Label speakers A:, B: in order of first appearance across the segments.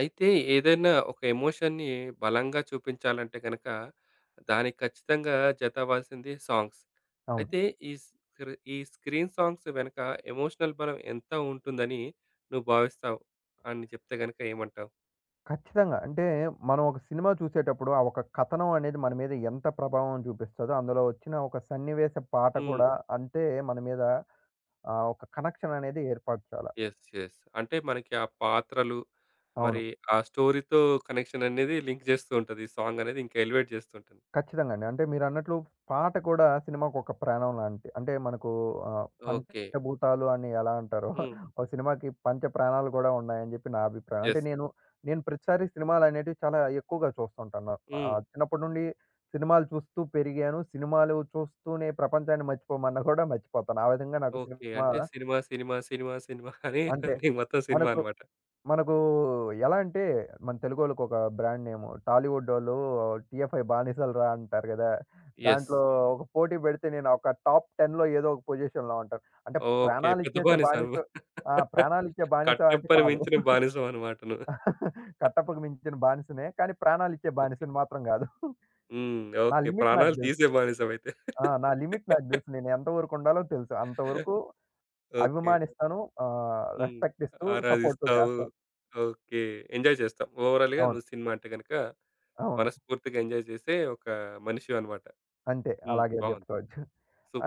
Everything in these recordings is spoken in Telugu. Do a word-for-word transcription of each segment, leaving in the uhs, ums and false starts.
A: అయితే ఏదైనా ఒక ఎమోషన్‌ని బలంగా చూపించాలంటే గనక, దానికి ఖచ్చితంగా జత అవ్వాల్సింది సాంగ్స్.
B: అవును.
A: అయితే ఈ స్క్రీ ఈ స్క్రీన్ సాంగ్స్ వెనక ఎమోషనల్ బలం ఎంత ఉంటుందని నువ్వు భావిస్తావు? అని చెప్తే గనక ఏమంటావు?
B: ఖచ్చితంగా. అంటే మనం ఒక సినిమా చూసేటప్పుడు, ఆ ఒక కథనం అనేది మన మీద ఎంత ప్రభావం చూపిస్తదో, అందులో వచ్చిన ఒక సన్నివేశ పాట
A: హ్మ్.
B: కూడా అంతే మన మీద ఆహ్, ఒక కనెక్షన్ అనేది ఏర్పరచాల.
A: Yes, yes. అంటే మనకి ఆ పాత్రలు,
B: అవును.
A: మరి ఆ స్టోరీతో కనెక్షన్ అనేది లింక్ చేస్తూ ఉంటది. ఈ సాంగ్ అనేది ఇంకా ఎలివేట్ చేస్తుంటుంది.
B: ఖచ్చితంగా అండి. అంటే మీరన్నట్లు పాట కూడా సినిమాకొక ప్రాణం లాంటి అంటే మనకు ఆహ్,
A: ఓకే.
B: పంచభూతాలు అని ఎలా అంటారో
A: హ్మ్.
B: ఓ సినిమాకి పంచ ప్రాణాలు కూడా ఉన్నాయని జెప్పి నా అభిప్రాయం. అంటే
A: యెస్.
B: నేను, నేను ప్రతిసారి సినిమాలనేటివి చాలా ఎక్కువగా చూస్తుంటాను.
A: హ్మ్.
B: ఆహ్, చిన్నప్పటి నుండి సినిమాలు చూస్తూ పెరిగాను. సినిమాలు చూస్తూనే ప్రపంచాన్ని మర్చిపోమన్నా గూడా మర్చిపోతాను. ఆ విధంగా నాకు
A: ఓకే.
B: సినిమా
A: అంటే సినిమా, సినిమా, సినిమా, సినిమా అని
B: అంటే
A: నీకు మొత్తం సినిమా
B: మనకు
A: అన్నమాట.
B: మనకు ఎలా అంటే, మన తెలుగోళ్ళకొక బ్రాండ్ నేము. టాలీవుడ్డోళ్ళు 'టీఎఫ్ఐ బానిసలురా' అంటారు గదా!
A: యెస్.
B: దాంట్లో ఒక పోటీ పెడితే నేను ఒక టాప్ 10లో ఏదో ఒక పొజిషన్‌లో ఉంటాను. అంటే
A: ఓకే, పెద్ద
B: ప్రాణాలిచ్చేసే
A: బానిస
B: బానిస
A: నువ్వు.
B: ఆ! ప్రాణాలిచ్చే బానిస అంటే
A: కట్టెప్పని
B: కాదు.
A: మించిన బానిసవు అన్నమాట నువ్వు.
B: కట్టప్పకు మించిన బానిసనే. కానీ ప్రాణాలిచ్చే
A: ఓకే.
B: బానిసని మాత్రం గాదు.
A: హ్మ్.
B: నా
A: ఓకే,
B: లిమిట్ నాకు
A: ప్రాణాలు
B: దెలుసు.
A: తీసే బానిసవైతే.
B: ఆ! నా లిమిట్ నాకు దెలుసు. నేను ఎంతవరకు ఉండాలో తెలుసు. అంతవరకు
A: ఓకే.
B: అభిమానిస్తాను. ఆహ్,
A: హ్మ్.
B: రెస్పెక్ట్ ఇస్తూ, సపోర్టు
A: ఆరాధిస్తావు.
B: చేస్తాను.
A: ఓకే. ఎంజాయ్ చేస్తావు. ఓవరాల్‌గా
B: అవును.
A: నువ్వు సినిమా అంటే గనుక
B: అవును.
A: మనస్ఫూర్తిగా ఎంజాయ్ చేసే ఒక మనిషివన్నమాట.
B: అంతే.
A: హ్మ్.
B: అలాగే
A: బావుంది.
B: జెప్పుకోవచ్చు.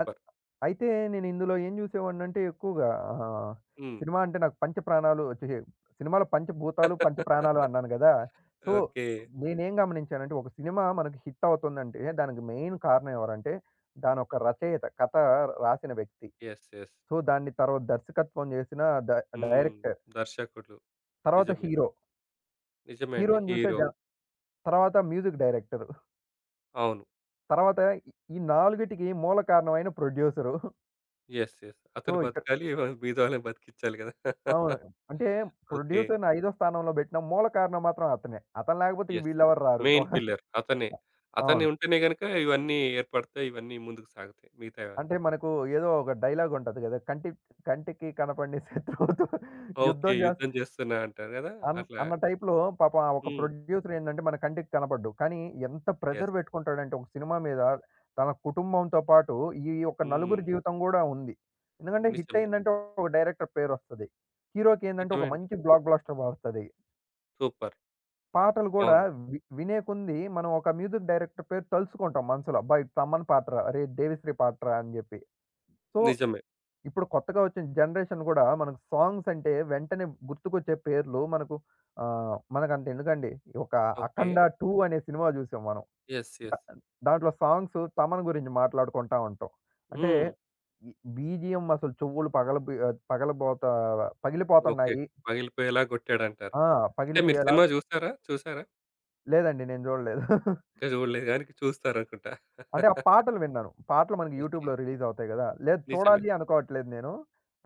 B: అత్ అయితే నేను ఇందులో ఏం జూసేవాడినంటే ఎక్కువగా ఆహ్,
A: హ్మ్.
B: సినిమా అంటే నాకు పంచప్రాణాలు ఛీ! సినిమాలో పంచభూతాలు, పంచప్రాణాలు అన్నాను గదా! So,
A: okay.
B: నేనేం గమనించానంటే ఒక సినిమా మనకు హిట్ అవుతుందంటే దానికి మెయిన్ కారణం ఎవరంటే దానొక రచయిత, కథ రాసిన వ్యక్తి.
A: Yes, yes.
B: సో, దాన్ని తర్వాత దర్శకత్వం జేసిన డ
A: హ్మ్.
B: డైరెక్టర్,
A: దర్శకుడు.
B: తర్వాత
A: నిజమే.
B: హీరో,
A: నిజమే అండి,
B: హీరోని జూసే
A: హీరో.
B: జ తర్వాత మ్యూజిక్ డైరెక్టరు,
A: అవును.
B: తర్వాత ఈ ఈ నాలుగిటికి మూల కారణమైన ప్రొడ్యూసరు.
A: Yes, yes.
B: సో,
A: అతను
B: ఇక
A: బతకాలి. వ మిగతా వాళ్ళని బతికిచ్చాలి గదా!
B: అవును. అంటే
A: ఓకే.
B: ప్రొడ్యూసర్‌ని ఐదో స్థానంలో బెట్టిన మూల కారణం మాత్రం అతనే. అతను లేకపోతే
A: యెస్.
B: వీళ్ళెవరు రారు.
A: మెయిన్ పిల్లర్ అతనే. అతనే
B: అవును.
A: ఉంటేనే గనుక ఇవన్నీ ఏర్పడతాయి. ఇవన్నీ ముందుకు సాగుతాయి మిగతావన్నీ.
B: అంటే మనకు ఏదో ఒక డైలాగ్ ఉంటది గదా! కంటి కంటికి కనపడని శత్రువుతో
A: ఓకే,
B: యుద్ధం జేస్
A: యుద్ధం చేస్తున్నా అంటారు గదా!
B: అన్
A: అట్లా.
B: అన్న టైప్‌లో పాపం ఆ ఒక
A: హ్మ్.
B: ప్రొడ్యూసర్ ఏందంటే మన కంటికి కనపడ్డు. కానీ ఎంత
A: యెస్.
B: ప్రెషర్ బెట్టుకుంటాడంటే ఒక సినిమా మీద తన కుటుంబంతో పాటు ఈ యొక్క
A: హ్మ్.
B: నలుగురి జీవితం గూడా ఉంది. ఎందుకంటే హిట్
A: నిజమే.
B: అయిందంటే ఒక డైరెక్టర్ పేరొస్తది. హీరోకేందంటే
A: నిజమే
B: ఒక
A: అండి.
B: మంచి బ్లాక్ బస్టర్ ఒస్తది.
A: సూపర్.
B: పాటలు గూడా
A: అవును.
B: వి వినే కొంది మనం ఒక మ్యూజిక్ డైరెక్టర్ పేరు తలుసుకుంటాం మనసులో. అబ్బా! ఇది తమన్ పాటరా! అరే! దేవిశ్రీ పాటరా! అని జెప్పి. సో,
A: నిజమే.
B: ఇప్పుడు కొత్తగా వచ్చిన జనరేషన్ గూడా మనకు సాంగ్స్ అంటే వెంటనే గుర్తుకొచ్చే పేర్లు మనకు ఆహ్, మనకంత ఎందుకండి. ఒక
A: ఓకే.
B: 'అఖండ టూ' అనే సినిమా జూసాం మనం.
A: Yes,
B: the
A: yes.
B: దాంట్లో సాంగ్స్ తమన్ గురించి మాట్లాడుకుంటా ఉంటాం. అంటే
A: హ్మ్.
B: ఈ బీజీఎం అసలు చెవులు పగలబి ఆహ్, పగలబోతా
A: ఓకే,
B: పగిలిపోతున్నాయి.
A: పగిలిపోయేలా గొట్టాడంటారు.
B: ఆ!
A: అంటే మీరు
B: పగిలిపోయేలా
A: సినిమా జూసారా? చూసారా?
B: లేదండి. నేను జూడలేదు.
A: ఇంకా జూడలేదు గాని చూస్తారనుకుంటా.
B: అంటే ఆ పాటలు విన్నాను. పాటలు మనకి
A: ఓకే.
B: యూట్యూబ్‌లో రిలీజ్ అవుతాయి గదా! లేదు
A: నిజమే.
B: చూడాలి అనుకోవట్లేదు నేను.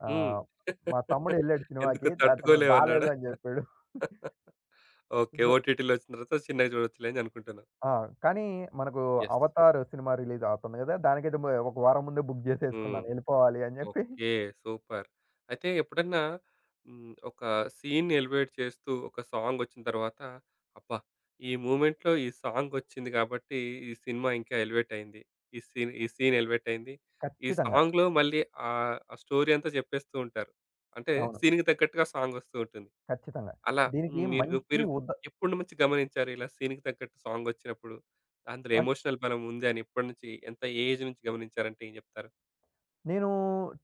A: హ్మ్.
B: ఆహ్, మా తమ్ముడు ఎళ్ళాడు
A: ఎందుకు
B: సినిమాకి. అతను
A: తట్టుకోలేవన్నాడా?
B: బాలేదు అని జెప్పాడు.
A: ఓకే,
B: సో
A: ఓటీటీలో వచ్చిన తర్వాత చిన్నగా చూడొచ్చులే అని అనుకుంటున్నావు.
B: ఆ! కానీ మనకు
A: యెస్.
B: 'అవతార్' సినిమా రిలీజ్ అవుతుంది గదా! దానికైతే మ ఒక వారం ముందే బుక్
A: హ్మ్.
B: జేసేసుకున్నాను ఎళ్ళిపోవాలి అని జెప్పి.
A: ఓకే. సూపర్. అయితే ఎప్పుడన్నా హ్మ్. ఒక సీన్‌ని ఎలివేట్ చేస్తూ ఒక సాంగొచ్చిన తర్వాత అబ్బా! ఈ మూమెంట్‌లో ఈ సాంగొచ్చింది కాబట్టి ఈ సినిమా ఇంకా ఎలివేట్ అయింది. ఈ సీన్ ఈ సీన్ ఎలివేట్ అయింది. ఈ
B: ఖచ్చితంగా.
A: సాంగ్‌లో మళ్ళీ ఆహ్, ఆ స్టోరీ అంతా చెప్పేస్తూ ఉంటారు. అంటే
B: అవును.
A: సీన్‌కి తగ్గట్టుగా సాంగొస్తూ ఉంటుంది.
B: ఖచ్చితంగా.
A: అలా
B: దీనికి
A: హ్మ్. మీరు
B: మంచి
A: మీరు
B: ఉద
A: ఎప్పటి నుంచి గమనించారు? ఇలా సీన్‌కి తగ్గట్టు సాంగొచ్చినప్పుడు, అందులో
B: అన్
A: ఎమోషనల్ బలం ఉంది అని ఎప్పటి నుంచి, ఎంత ఏ ఏజ్ నుంచి గమనించారంటే ఏం చెప్తారు?
B: నేను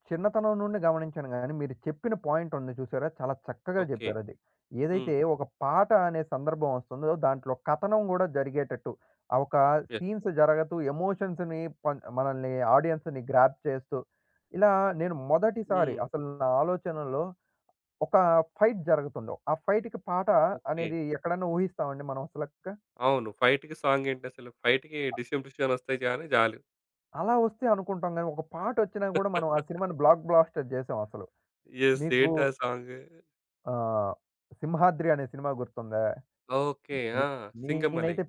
B: చిన్నతనం నుండి గమనించాను గానీ, మీరు చెప్పిన పాయింట్ ఉంది చూసారా? చాలా చక్కగా
A: ఓకే.
B: జెప్పారది.
A: హ్మ్.
B: ఏదైతే ఒక పాట అనే సందర్భం వస్తుందో, దాంట్లో కథనం గూడా జరిగేటట్టు, ఆ ఒక
A: యెస్.
B: సీన్స్ జరగతూ ఎమోషన్స్‌ని పన్ మనల్ని ఆడియన్స్‌ని గ్రాబ్ చేస్తూ, ఇలా నేను మొదటిసారి
A: హ్మ్.
B: అసలు నా ఆలోచనలో ఒక ఫైట్ జరుగుతుందో, ఆ ఫైట్‌కి పాట
A: ఓకే.
B: అనేది ఎక్కడన్నా ఊహిస్తామండి మనం అసలక్క?
A: అవును, ఫైట్‌కి సాంగ్ ఏంటసలు? ఫైట్‌కి 'డిషుమ్ డిషుమ్' అని వస్తే గాని చాలు.
B: అలా వస్తే అనుకుంటాం గానీ, ఒక పాటొచ్చినా గూడా మనం ఆ సినిమాని బ్లాక్ బ్లాస్టర్ జేసాం అసలు.
A: యెస్,
B: మీకు
A: ఏంటా సాంగు?
B: ఆహ్, 'సింహాద్రి' అనే సినిమా గుర్తుందా?
A: ఓకే.
B: నే
A: ఆ! 'సింగమలై'.
B: నేనైతే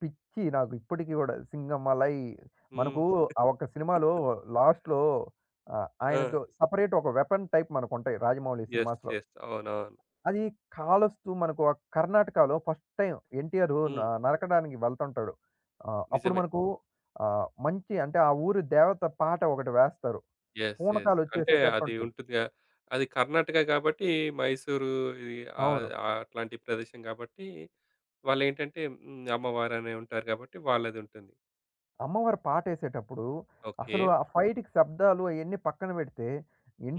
B: పిచ్చి నాకు ఇప్పటికి గూడా 'సింగమలై'
A: హ్మ్.
B: మనకు ఆ ఒక్క సినిమాలో లాస్ట్‌లో ఆహ్,
A: ఆ!
B: ఆయనకు సెపరేట్ ఒక వెపన్ టైప్ మనకుంటాయి 'రాజమౌళి'
A: యెస్,
B: సినిమాస్‌లో.
A: యెస్, అవునవును.
B: అది కాలొస్తూ మనకు ఆ కర్ణాటకలో ఫస్ట్ టైమ్ 'ఎన్టీఆర్'
A: హ్మ్.
B: న నరకడానికి వెళ్తుంటాడు. ఆహ్, అప్పుడు
A: నిజమే.
B: మనకు ఆహ్, మంచి అంటే ఆ ఊరి దేవత పాట ఒకటి వేస్తారు.
A: Yes, yes. అంటే అది
B: పూనకాలొచ్చేసేటట్టుంటది.
A: ఉంటుందిగా. అది కర్ణాటక కాబట్టి మైసూరు ఇది ఆహ్,
B: అవును.
A: ఆహ్, అట్లాంటి ప్రదేశం కాబట్టి వాళ్ళేంటంటే హ్మ్. అమ్మవారనే ఉంటారు కాబట్టి వాళ్ళదుంటుంది.
B: అమ్మవారు పాటేసేటప్పుడు
A: ఓకే.
B: అసలు ఆ ఫైట్‌కి శబ్దాలు అయన్నీ పక్కన పెడితే,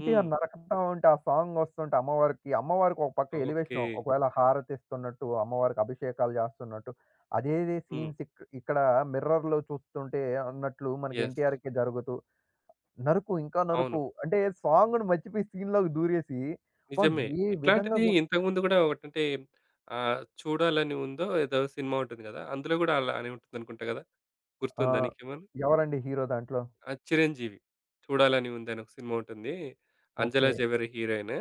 A: హ్మ్.
B: నరకతా ఉంటే ఆ సాంగ్ వస్తుంటే అమ్మవారికి, అమ్మవారికి ఒక పక్క
A: ఓకే.
B: ఎలివేషన్ ఒకవేళ హారతిస్తున్నట్టు, అమ్మవారికి అభిషేకాలు చేస్తున్నట్టు, అదే
A: హ్మ్.
B: సీన్స్ ఇక్ ఇక్కడ మిర్రర్‌లో చూస్తుంటే అన్నట్లు మనకి
A: యెస్.
B: ఎన్టీఆర్‌కి జరుగుతూ, నరుకు ఇంకా
A: అవును.
B: నరుకు అంటే సాంగ్‌ని మర్చిపోయి సీన్‌లోకి దూరేసి, అబ్బా!
A: నిజమే.
B: ఏ విధంగా
A: ఇట్లాంటిది
B: గొ
A: ఇంతకుముందు గూడా ఒకటంటే ఆహ్, చూడాలని ఉందో ఏదో సినిమా ఉంటుంది గదా! అందులో గూడా అలానే ఉంటుందనుకుంటా గదా!
B: ఆ!
A: గుర్తుందా నీకేమన్నా?
B: ఎవరండి హీరో దాంట్లో?
A: ఆ! 'చిరంజీవి' చూడాలని ఉందని ఒక సినిమా ఉంటుంది. 'Anjala
B: okay.
A: Zaveri' heroine.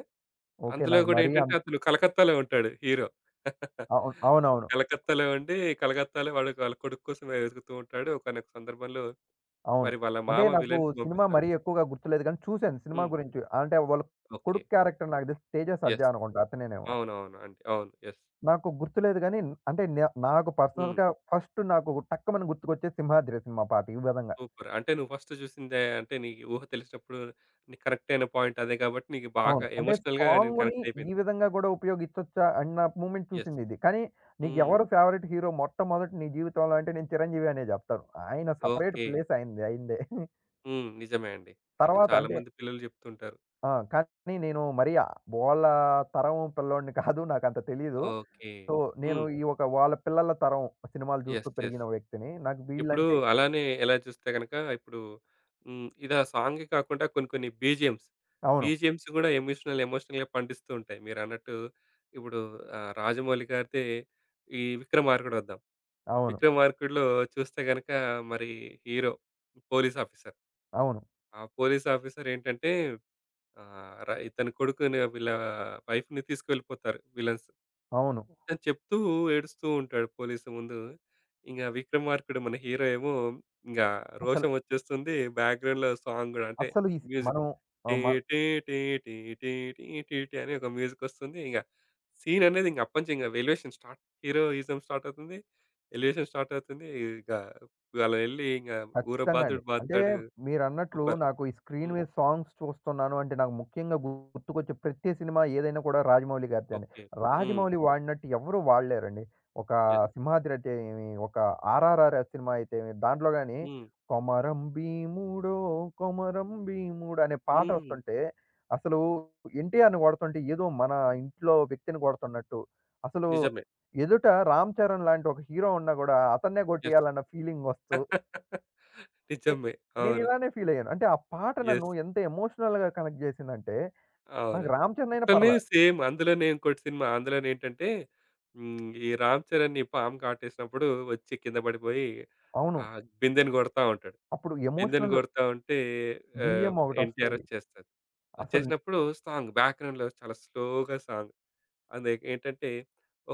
B: Okay.
A: అందులో
B: నాకు
A: గూడా
B: మరీ
A: ఏంటంటే
B: అంత
A: అతను కలకత్తాలో ఉంటాడు హీరో.
B: అవును. అవునవును.
A: కలకత్తాలో ఉండి, కలకత్తాలో వాడు వాళ్ళ కొడుకు కోసం వెతుకుతూ ఉంటాడు. ఒకానొక సందర్భంలో
B: అవును.
A: మరి వాళ్ళ
B: అంటే
A: మామ
B: నాకు
A: విలన్‌ని
B: సినిమా
A: పంపిస్తాడు.
B: మరీ ఎక్కువగా గుర్తులేదు గానీ, చూసాను సినిమా
A: హ్మ్.
B: గురించి. అంటే వాళ్ళ
A: ఓకే.
B: కొడుకు క్యారెక్టర్ నాకు తెలిసి తేజ సర్జా
A: యెస్,
B: అనుకుంటా అతనేనేమో.
A: అవునవును అండి, అవును, యెస్.
B: నాకు గుర్తులేదు గానీ, అంటే న నాకు
A: హ్మ్.
B: పర్సనల్‌గా ఫస్ట్ నాకు టక్కుమని గుర్తుకొచ్చేది 'సింహాద్రి' సినిమా పాట ఈ విధంగా.
A: సూపర్. అంటే నువ్వు ఫస్ట్ చూసిందే అంటే నీ ఊహ తెలిసినప్పుడు నీకు కనెక్ట్ అయిన పాయింట్ అదే కాబట్టి నీకు బాగా
B: అవును. అంటే
A: ఎమోషనల్‌గా నేను
B: సాంగుని
A: కనెక్ట్
B: ఈ
A: అయిపోయింది.
B: విధంగా గూడా ఉపయోగించొచ్చా అన్న మూమెంట్
A: యెస్.
B: చూసిందిది. కానీ
A: హ్మ్.
B: నీకెవరు ఫేవరెట్ హీరో మొట్టమొదట నీ జీవితంలో అంటే నేను 'చిరంజీవి' అనే జెప్తాను. ఆయన సెపరేట్
A: ఓకే.
B: ప్లేస్ ఆయనది అయిందే.
A: హ్మ్. నిజమే అండి. అంటే
B: తర్వాత
A: చాలా
B: అంటే
A: మంది పిల్లలు చెప్తుంటారు.
B: ఆ! కానీ నేను మరి ఆహ్, వాళ్ళ తరం పిల్లోడిని కాదు. నాకంత తెలీదు.
A: ఓకే.
B: సో, నేను
A: హ్మ్.
B: ఈ ఒక వాళ్ళ పిల్లల తరం సినిమాలు చూస్తూ
A: యెస్, యెస్.
B: పెరిగిన వ్యక్తిని. నాకు
A: ఇప్పుడు
B: వీళ్ళంటే
A: అలానే ఎలా చూస్తే గనక ఇప్పుడు హ్మ్. ఇది ఆ సాంగే కాకుండా కొన్ని కొన్ని బీజీఎమ్స్.
B: అవును.
A: బీజీఎమ్స్ గూడా ఎమోషనల్ ఎమోషనల్‌గా పండిస్తూ ఉంటాయి. మీరన్నట్టు ఇప్పుడు ఆహ్, రాజమౌళి గారిదే ఈ 'విక్రమార్కుడు' వద్దాం.
B: అవును.
A: 'విక్రమార్కుడులో' చూస్తే గనక మరి హీరో పోలీస్ ఆఫీసర్.
B: అవును.
A: ఆ పోలీస్ ఆఫీసర్ ఏంటంటే ఆహ్, ర ఇతని కొడుకుని వీళ్ళ వైఫ్‌ని తీసుకెళ్ళిపోతారు విలన్స్.
B: అవును.
A: అని చెప్తూ ఏడుస్తూ ఉంటాడు పోలీసు ముందు. ఇంగ 'విక్రమార్కుడు' మన హీరో ఏమో ఇంగ
B: అసలు
A: రోషం వచ్చేస్తుంది. బ్యాక్‌గ్రౌండ్‌లో సాంగ్ గూడా అంటే
B: అస్సలు ఈ సి
A: మ్యూజిక్
B: మనం
A: టీ
B: ఆహ్, మ
A: టీ టీ టీ టీ టీ టీ టీ అని ఒక మ్యూజిక్ వస్తుంది. ఇంగ సీన్ అనేది ఇంక అప్పటి నుంచి ఇంగ ఎలివేషన్ స్టార్ట్. హీరోయిజం స్టార్ట్ అవుతుంది. ఎలివేషన్ స్టార్ట్ అవుతుంది. ఇక అలా ఎళ్లి ఇంగ ఊర
B: ఖచ్చితంగా అండి.
A: బాదుడు
B: అంటే
A: బాదుతాడు.
B: మీరన్నట్లు
A: సూపర్.
B: నాకు ఈ స్క్రీన్
A: హ్మ్.
B: మీద సాంగ్స్ చూస్తున్నాను అంటే నాకు ముఖ్యంగా గుర్తుకొచ్చే ప్రతి సినిమా ఏదైనా కూడా రాజమౌళి గారిదే అండి.
A: ఓకే. హ్మ్.
B: రాజమౌళి వాడినట్టు ఎవరు వాడలేరండి. ఒక
A: యెస్.
B: సింహాద్రి అయితే ఏమి, ఒక 'ఆర్ఆర్ఆర్' సినిమా అయితే ఏమి, దాంట్లో గాని
A: హ్మ్.
B: కొమరం భీముడో కొమరం భీముడు అనే పాట
A: హ్మ్.
B: వస్తుంటే అసలు ఎన్టీఆర్‌ని కొడుతుంటే ఏదో మన ఇంట్లో వ్యక్తిని కొడుతున్నట్టు, అసలు
A: నిజమే.
B: ఎదుట రామ్ చరణ్ లాంటి ఒక హీరో ఉన్నా కూడా అతన్నే
A: యెస్.
B: కొట్టేయాలన్న ఫీలింగ్ వస్తూ నే
A: నిజమే. అవును.
B: నేనిలానే ఫీలయ్యాను. అంటే ఆ పాట నన్ను
A: యెస్.
B: ఎంత ఎమోషనల్‌గా కనెక్ట్ జేసిందంటే,
A: అవును.
B: నాకు 'రామచంద్ర' అయినా
A: అట్లనే
B: పర్లా
A: సేమ్ అందులోనే ఇంకోటి సినిమా. అందులోనేంటంటే హ్మ్. ఈ 'రామ్ చరణ్‌ని పాము కాటేసినప్పుడు వచ్చి కింద పడిపోయి
B: అవును.
A: ఆ బిందెని కొడతా ఉంటాడు.
B: అప్పుడు
A: బిందెని
B: ఎమోషనల్
A: కొడతా ఉంటే ఆహ్,
B: బీజీఎం
A: ఎన్టీఆర్
B: ఒకటొస్తది.
A: వచ్చేస్తాడు.
B: అసలు
A: వచ్చేసినప్పుడు సాంగ్ బ్యాక్‌గ్రౌండ్‌లో చాలా స్లోగా సాంగ్. అది ఏంటంటే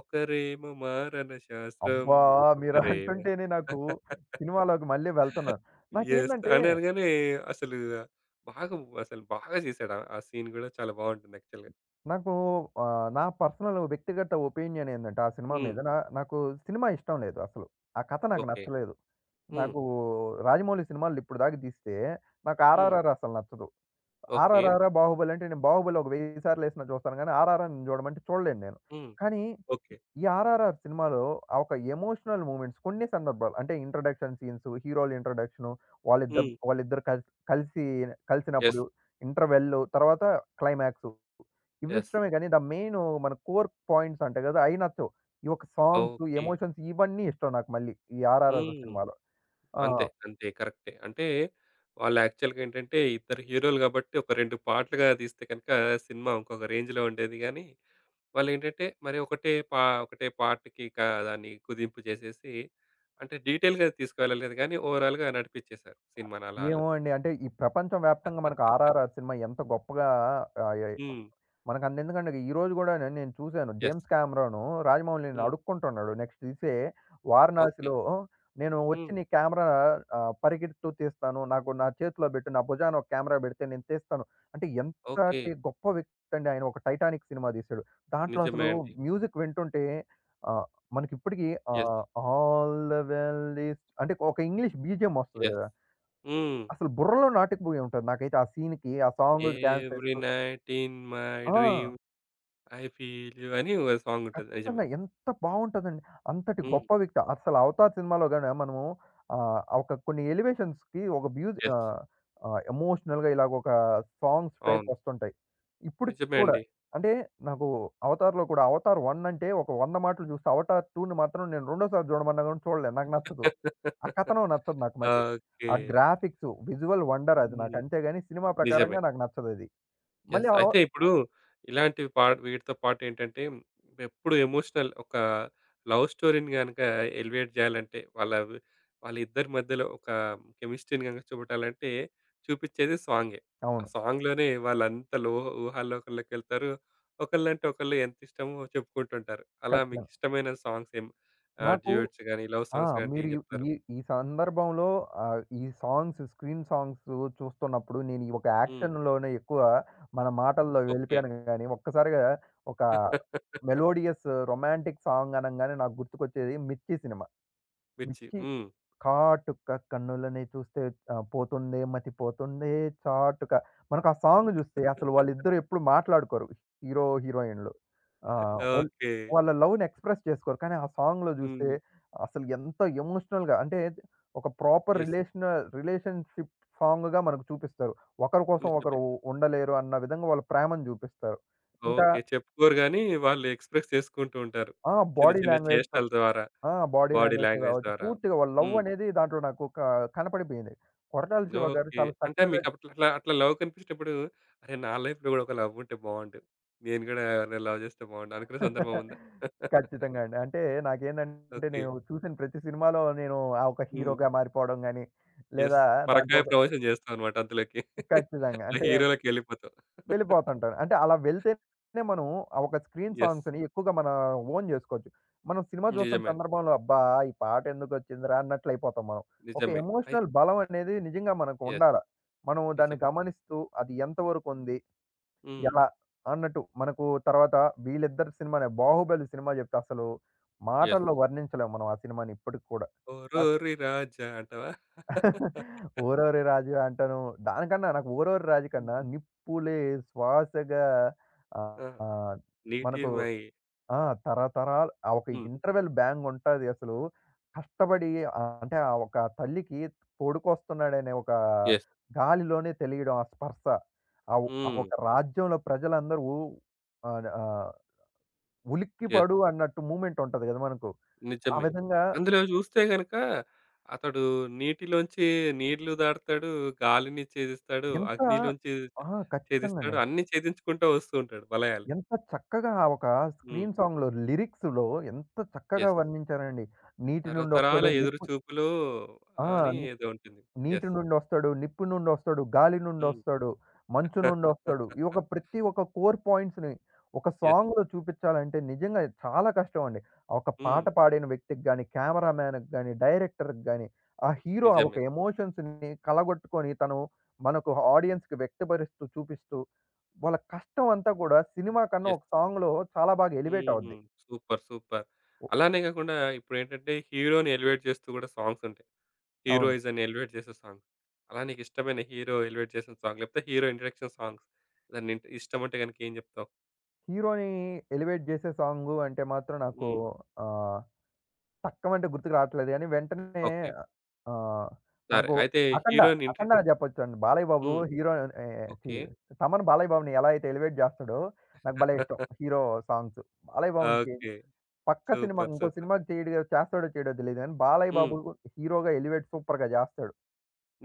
A: ఒకరేమో మారణ శాస్త్రం,
B: అబ్బా!
A: ఒకరేమో
B: మీరంటుంటేనే నాకు సినిమాలోకి మళ్ళీ వెళ్తున్నాను.
A: యెస్.
B: నాకేందంటే,
A: అని అనగానే అసలు బాగా అసలు బాగా చేశాడు. ఆ సీన్ కూడా చాలా బావుంటుంది యాక్చువల్‌గా.
B: నాకు ఆహ్, నా పర్సనల్ వ్యక్తిగత ఒపీనియన్ ఏందంటే ఆ సినిమా
A: హ్మ్.
B: మీద నా నాకు సినిమా ఇష్టం లేదు అసలు. ఆ కథ నాకు
A: ఓకే.
B: నచ్చలేదు.
A: హ్మ్.
B: నాకు 'రాజమౌళి' సినిమాలు ఇప్పటిదాకా తీస్తే నాకు
A: హ్మ్.
B: 'ఆర్ఆర్ఆర్' అసలు నచ్చదు.
A: ఓకే.
B: ఆర్ఆర్ఆరా, బాహుబలి అంటే నేను 'బాహుబలి' ఒక వెయ్యి సార్లేసినా చూస్తాను గానీ, 'ఆర్ఆర్ఆర్‌ని' చూడమంటే చూడలేను నేను.
A: హ్మ్.
B: కానీ
A: ఓకే.
B: ఈ 'ఆర్ఆర్ఆర్' సినిమాలో ఆ ఒక ఎమోషనల్ మూమెంట్స్ కొన్ని సందర్భాలు అంటే ఇంట్రడక్షన్ సీన్స్, హీరోల ఇంట్రడక్షను, వాళ్ళిద్దరు
A: హ్మ్.
B: వాళ్ళిద్దరు కల్ కలిసి
A: యెస్,
B: కలిసినప్పుడు, ఇంటర్వెల్లు, తర్వాత క్లైమాక్సు
A: యెస్.
B: ఇవిష్టమే గానీ, ద మెయిను మన కోర్ పాయింట్స్ అంటాయి గదా! అయి నచ్చవు. ఈ యొక్క సాంగ్స్,
A: ఓకే.
B: ఎమోషన్స్ ఇవన్నీ ఇష్టం నాకు మళ్ళీ ఈ 'ఆర్ఆర్ఆర్'
A: హ్మ్.
B: సినిమాలో. ఆ!
A: అంతే, అంతే, కరెక్టే. అంటే వాళ్ళు యాక్చువల్‌గా ఏంటంటే ఇద్దరు హీరోలు కాబట్టి ఒక రెండు పార్ట్‌లుగా తీస్తే గనుక సినిమా ఇంకొక రేంజ్‌లో ఉండేది గానీ, వాళ్ళేంటంటే మరి ఒకటే పా ఒకటే పార్ట్‌కి క దాన్ని కుదింపు చేసేసి అంటే డీటెయిల్‌గా తీసుకువెళ్ళలేదు గానీ ఓవరాల్‌గా నడిపిచ్చేసారు సినిమాని అలా అలా.
B: ఏమో అండి. అంటే ఈ ప్రపంచం వ్యాప్తంగా మనకు 'ఆర్ఆర్ఆర్' సినిమా ఎంత గొప్పగా ఆహ్, ఎ
A: హ్మ్.
B: మనకు అంతెందుకండి. ఈరోజు గూడా నే నేను చూసాను.
A: యెస్.
B: జేమ్స్ కెమెరాను రాజమౌళిని
A: హ్మ్.
B: అడుక్కుంటున్నాడు. నెక్స్ట్ తీసే
A: ఓకే.
B: 'వారణాసిలో' నేను వచ్చి
A: హ్మ్.
B: నీ కెమెరా ఆహ్, పరిగెడుతూ తీస్తాను. నాకు నా చేతిలో బెట్టు. నా భుజాన ఒక కెమెరా బెడితే నేను తీస్తాను. అంటే
A: ఓకే.
B: ఎంతటి గొప్ప వ్యక్తి అండి ఆయన. ఒక 'టైటానిక్' సినిమా తీశాడు. దాంట్లో
A: నిజమే
B: అసలు
A: అండి.
B: మ్యూజిక్ వింటుంటే ఆహ్, మనకిప్పటికి
A: yes,
B: ah, 'all the well is' అంటే ఒక ఇంగ్లీష్ బీజీఎం ఒస్తది
A: యెస్.
B: గదా!
A: హ్మ్.
B: అసలు బుర్రలో నాటుకుపోయి ఉంటది. నాకైతే ఆ సీన్‌కి, ఆ సాంగుకి డాన్స్
A: ఎవ్రి
B: చేస్తూ.
A: Night in my
B: ah!
A: Dream I feel you అని ఓ సాంగుంటది. నిజమే.
B: ఖచ్చితంగా. ఎంత బావుంటదండి. అంతటి
A: హ్మ్.
B: గొప్ప వ్యక్తి అసలు 'అవతార్' సినిమాలో గాని మనము ఆహ్, ఒక కొన్ని ఎలివేషన్స్‌కి ఒక మ్యూజి
A: యెస్.
B: ఆహ్, ఆహ్, ఎమోషనల్‌గా ఇలాగొక సాంగ్స్ టైప్
A: అవును.
B: వస్తుంటాయి. ఇప్పటికి
A: నిజమే
B: కూడా
A: అండి.
B: అంటే నాకు 'అవతార్‌లో' కూడా 'అవతార్ వన్' అంటే ఒక వంద మాటలు చూస్తే 'అవతార్ టూ'ని మాత్రం నేను రెండోసారి చూడమన్నా గాని చూడలేను. నాకు నచ్చదు. ఆ కథనం నచ్చదు నాకు మళ్ళీ.
A: ఓకే.
B: ఆ గ్రాఫిక్స్ విజువల్ వండర్ అది నాకు.
A: హ్మ్.
B: అంతేగాని సినిమా
A: నిజమే.
B: ప్రకారంగా నాకు నచ్చదది. మళ్ళీ
A: యెస్.
B: అవ
A: అయితే ఇప్పుడు ఇలాంటివి పా వీటితో పాటు ఏంటంటే ఎప్పుడు ఎమోషనల్ ఒక లవ్ స్టోరీని గనుక ఎలివేట్ చేయాలంటే వాళ్ళ వాళ్ళిద్దరి మధ్యలో ఒక కెమిస్ట్రీని గనుక చూపెట్టాలంటే చూపిచ్చేది సాంగే. ఆ
B: అవును.
A: సాంగ్‌లోనే వాళ్ళంత లో ఊహాలోకంలోకెళ్తారు. ఒకళ్ళంటే ఒకళ్ళు ఎంత ఇష్టమో చెప్పుకుంటుంటారు. అలా మీకు
B: ఖచ్చితంగా.
A: ఇష్టమైన సాంగ్స్ ఏం ఆహ్,
B: నాకు
A: డ్యూయెట్స్ గాని, లవ్
B: ఆ!
A: సాంగ్స్ గాని అంటే
B: మీరు
A: ఏం
B: ఈ
A: చెప్తారు?
B: ఈ ఈ సందర్భంలో ఆహ్, ఈ సాంగ్స్ స్క్రీన్ సాంగ్స్ చూస్తున్నప్పుడు నేను ఈ ఒక
A: హ్మ్.
B: యాక్షన్‌లోనే ఎక్కువ మన మాటల్లో
A: ఓకే.
B: వెళ్ళిపోయాను గానీ, ఒక్కసారిగా ఒక మెలోడియస్ రొమాంటిక్ సాంగ్ అనంగానే నాకు గుర్తుకొచ్చేది 'మిర్చి' సినిమా.
A: మిర్చి.
B: 'మిర్చి'
A: హ్మ్.
B: కాటుక కన్నులని చూస్తే ఆహ్, పోతుందే మతి పోతుందే చాటుక. మనకు ఆ సాంగ్ జూస్తే అసలు వాళ్ళిద్దరూ ఎప్పుడు మాట్లాడుకోరు. హీరో, హీరోయిన్‌లు. ఆహ్, వోల్
A: ఓకే.
B: వాళ్ళ లవ్‌ని ఎక్స్‌ప్రెస్ చేసుకోరు. కానీ ఆ సాంగ్‌లో జూస్తే
A: హ్మ్.
B: అసలు ఎంత ఎమోషనల్‌గా అంటే ఒక ప్రాపర్
A: యెస్.
B: రిలేషన రిలేషన్‌షిప్ సాంగ్‌గా మనకు చూపిస్తారు. ఒకరి కోసం
A: నిజమే.
B: ఒకరు ఉండలేరు అన్న విధంగా వాళ్ళ ప్రేమను జూపిస్తారు. ఇంకా
A: ఓకే, చెప్పుకోరు గానీ, వాళ్ళు ఎక్స్‌ప్రెస్ చేసుకుంటూ ఉంటారు.
B: ఆ!
A: చిన్న
B: బాడీ
A: చిన్న
B: లాంగ్వేజ్‌తో
A: చేష్టల ద్వారా,
B: ఆ! బాడీ
A: బాడీ
B: లాంగ్వేజ్‌తో
A: లాంగ్వేజ్
B: కావచ్చు.
A: ద్వారా.
B: పూర్తిగా వాళ్ళ లవ్
A: హ్మ్.
B: అనేది దాంట్లో నాకు క కనపడిపోయింది. కొరటాల శివ గారు
A: ఓకే.
B: చాలా
A: అంటే
B: చక్కగా
A: మీకప్పట్లో అట్లా, అట్లా లవ్ కనిపించినప్పుడు, అరే! నా లైఫ్‌లో గూడా ఒక లవ్ ఉంటే బావుండు. నేను గూడా ఎవరినైనా లవ్ చేస్తే బావుండు అనుకునే సందర్భం ఉందా?
B: ఖచ్చితంగా అండి. అంటే నాకేందంటే
A: ఓకే.
B: నేను చూసిన ప్రతి సినిమాలో నేను ఆ ఒక
A: హ్మ్.
B: హీరోగా మారిపోవడం గాని,
A: యెస్.
B: లేదా దాంట్లో
A: పరకాయ
B: ఒక
A: ప్రవేశం చేస్తావన్నమాట అందులోకి.
B: ఖచ్చితంగా.
A: ఆ
B: అంటే
A: హీరోలకెళ్ళిపోతావు.
B: వెళ్ళిపోతుంటాను. అంటే అలా వెళ్తేనే మనం ఆ ఒక స్క్రీన్
A: యెస్.
B: సాంగ్స్‌ని ఎక్కువగా మన ఓన్ జేసుకోవచ్చు. మనం సినిమా జూస్తున్న
A: నిజమే అండి.
B: సందర్భంలో అబ్బా! ఈ పాటెందుకొచ్చిందిరా అన్నట్లయిపోతాం మనం. ఒక
A: నిజమే. అయి
B: ఎమోషనల్ బలం అనేది నిజంగా మనకు
A: యెస్.
B: ఉండాల. మనం దాన్ని
A: నిజమే.
B: గమనిస్తూ అది ఎంతవరకుంది?
A: హ్మ్.
B: ఎలా? అన్నట్టు మనకు తర్వాత వీళ్ళిద్దరి సినిమానే 'బాహుబలి' సినిమా జెప్తే అసలు
A: యెస్,
B: మాటల్లో వర్ణించలేం మనం ఆ సినిమాని ఇప్పటికి కూడా. నాకు
A: ఓరోరి రాజా అంటావా?
B: ఓరోరి రాజు అంటాను. దానికన్నా నాకు ఓరోరి రాజు
A: హ్మ్.
B: కన్నా నిప్పులే శ్వాసగా
A: ఆ!
B: ఆహ్, మనకు
A: నీటిమై.
B: ఆ! తరతరాలు ఆ ఒక
A: హ్మ్.
B: ఇంటర్వెల్ బ్యాంగ్ ఉంటది అసలు. కష్టపడి ఆహ్, అంటే ఆ ఒక తల్లికి కొడుకొస్తున్నాడనే ఒక
A: యెస్.
B: గాలిలోనే తెలియడం ఆ స్పర్శ. ఆవ్ ఆ
A: హ్మ్.
B: ఒక రాజ్యంలో ప్రజలందరూ ఆహ్, ఆహ్,
A: యెస్.
B: ఉలిక్కిపడు అన్నట్టు మూవ్‌మెంట్ ఉంటది కదా! మనకు. ఆ
A: నిజమే.
B: విధంగా
A: అందులో చూస్తే గనక అతడు నీటిలోంచి నీళ్లు దాటుతాడు, గాలిని ఛేదిస్తాడు,
B: ఎంత
A: అగ్నిలోంచి
B: ఆ!
A: ఛేదిస్తాడు.
B: ఖచ్చితంగండి.
A: అన్నీ ఛేదించుకుంటూ వస్తూ ఉంటాడు వలయాలు.
B: ఎంత చక్కగా ఆ ఒక
A: హ్మ్.
B: స్క్రీన్ సాంగ్‌లో లిరిక్స్‌లో ఎంత చక్కగా
A: యెస్,
B: వర్ణించారండి. నీటి
A: తరతరాల
B: నుండొస్తాడు
A: ఎదురు
B: నిప్పు
A: చూపులో
B: ఆ!
A: అని ఏదో ఉంటుంది.
B: నీటి
A: యెస్.
B: నుండొస్తాడు, నిప్పు నుండొస్తాడు, గాలి
A: హ్మ్.
B: నుండొస్తాడు, మంచు నుండొస్తాడు. ఈ ఒక ప్రతి ఒక్క కోర్ పాయింట్స్‌ని ఒక
A: యెస్.
B: సాంగ్‌లో చూపించాలంటే నిజంగా చాలా కష్టం అండి. ఆ ఒక
A: హ్మ్.
B: పాట పాడిన వ్యక్తికి గాని, కెమెరామ్యాన్‌కి గాని, డైరెక్టర్‌కి గాని, ఆ హీరో ఆ ఒక
A: నిజమే.
B: ఎమోషన్స్‌ని కలగొట్టుకొని తను మనకు ఆడియన్స్‌కి వ్యక్తపరుస్తూ, చూపిస్తూ వాళ్ళ కష్టం అంతా కూడా సినిమా కన్నా
A: యెస్.
B: ఒక సాంగ్‌లో చాలా బాగా ఎలివేట్ అవుద్ది.
A: హ్మ్. Super, super. అలానే కాకుండా ఇప్పుడేంటంటే హీరో‌ని ఎలివేట్ చేస్తూ కూడా సాంగ్స్ ఉంటాయి.
B: అవును.
A: హీరోయిజంని ఎలివేట్ చేసే సాంగ్స్. అలా నీకిష్టమైన హీరో ఎలివేట్ చేసిన సాంగ్ లేకపోతే హీరో ఇంట్రడక్షన్ సాంగ్స్. దాన్ని ఇంట్ ఇష్టమంటే గనుక ఏం చెప్తావు?
B: హీరోని ఎలివేట్ చేసే సాంగు అంటే మాత్రం నాకు
A: హ్మ్.
B: ఆహ్, తక్కమంటే గుర్తుకు రావట్లేదు గానీ, వెంటనే
A: ఓకే.
B: ఆహ్,
A: సరే.
B: మనకు
A: అయితే
B: 'అఖండ'
A: హీరో‌ని ఇంట్రో
B: 'అఖండ' అని చెప్పొచ్చండి. బాలయ్య బాబు
A: హ్మ్.
B: హీరో ఏ ఛీ!
A: ఓకే.
B: తమన్ బాలయ్య బాబుని ఎలా అయితే ఎలివేట్ జేస్తాడో, నాకు భలే ఇష్టం. Hero songs. బాలయ్య బాబుకి
A: ఓకే.
B: పక్క సినిమా
A: సూపర్,
B: ఇంకో
A: సూపర్.
B: సినిమాకి చేయడు చేస్తాడో చేయడో తెలీదు గానీ, బాలయ్య
A: హ్మ్.
B: బాబు హీరోగా ఎలివేట్ సూపర్‌గా జేస్తాడు.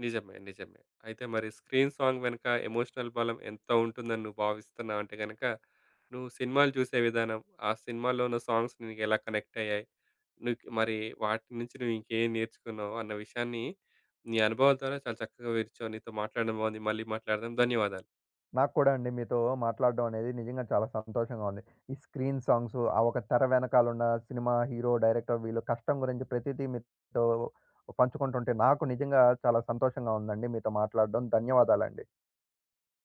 A: నిజమే, నిజమే. అయితే మరి స్క్రీన్ సాంగ్ వెనక ఎమోషనల్ బలం ఎంత ఉంటుందని నువ్వు భావిస్తున్నావు అంటే గనక, నువ్వు సినిమాలు చూసే విధానం, ఆ సినిమాలో ఉన్న సాంగ్స్ నీకెలా కనెక్ట్ అయ్యాయి? నీకు మరి వాటి నుంచి నువ్వు ఇంకేం నేర్చుకున్నావు? అన్న విషయాన్ని నీ అనుభవాల ద్వారా చాలా చక్కగా వివరించావు. నీతో మాట్లాడడం బాగుంది. మళ్ళీ మాట్లాడదాం. ధన్యవాదాలు.
B: నాకు కూడా అండి మీతో మాట్లాడడం అనేది నిజంగా చాలా సంతోషంగా ఉంది. ఈ స్క్రీన్ సాంగ్స్, ఆ ఒక తెర వెనకాలున్న సినిమా హీరో, డైరెక్టర్ వీళ్ళ కష్టం గురించి ప్రతిదీ మీతో పంచుకుంటుంటే నాకు నిజంగా చాలా సంతోషంగా ఉందండి మీతో మాట్లాడడం. ధన్యవాదాలండి.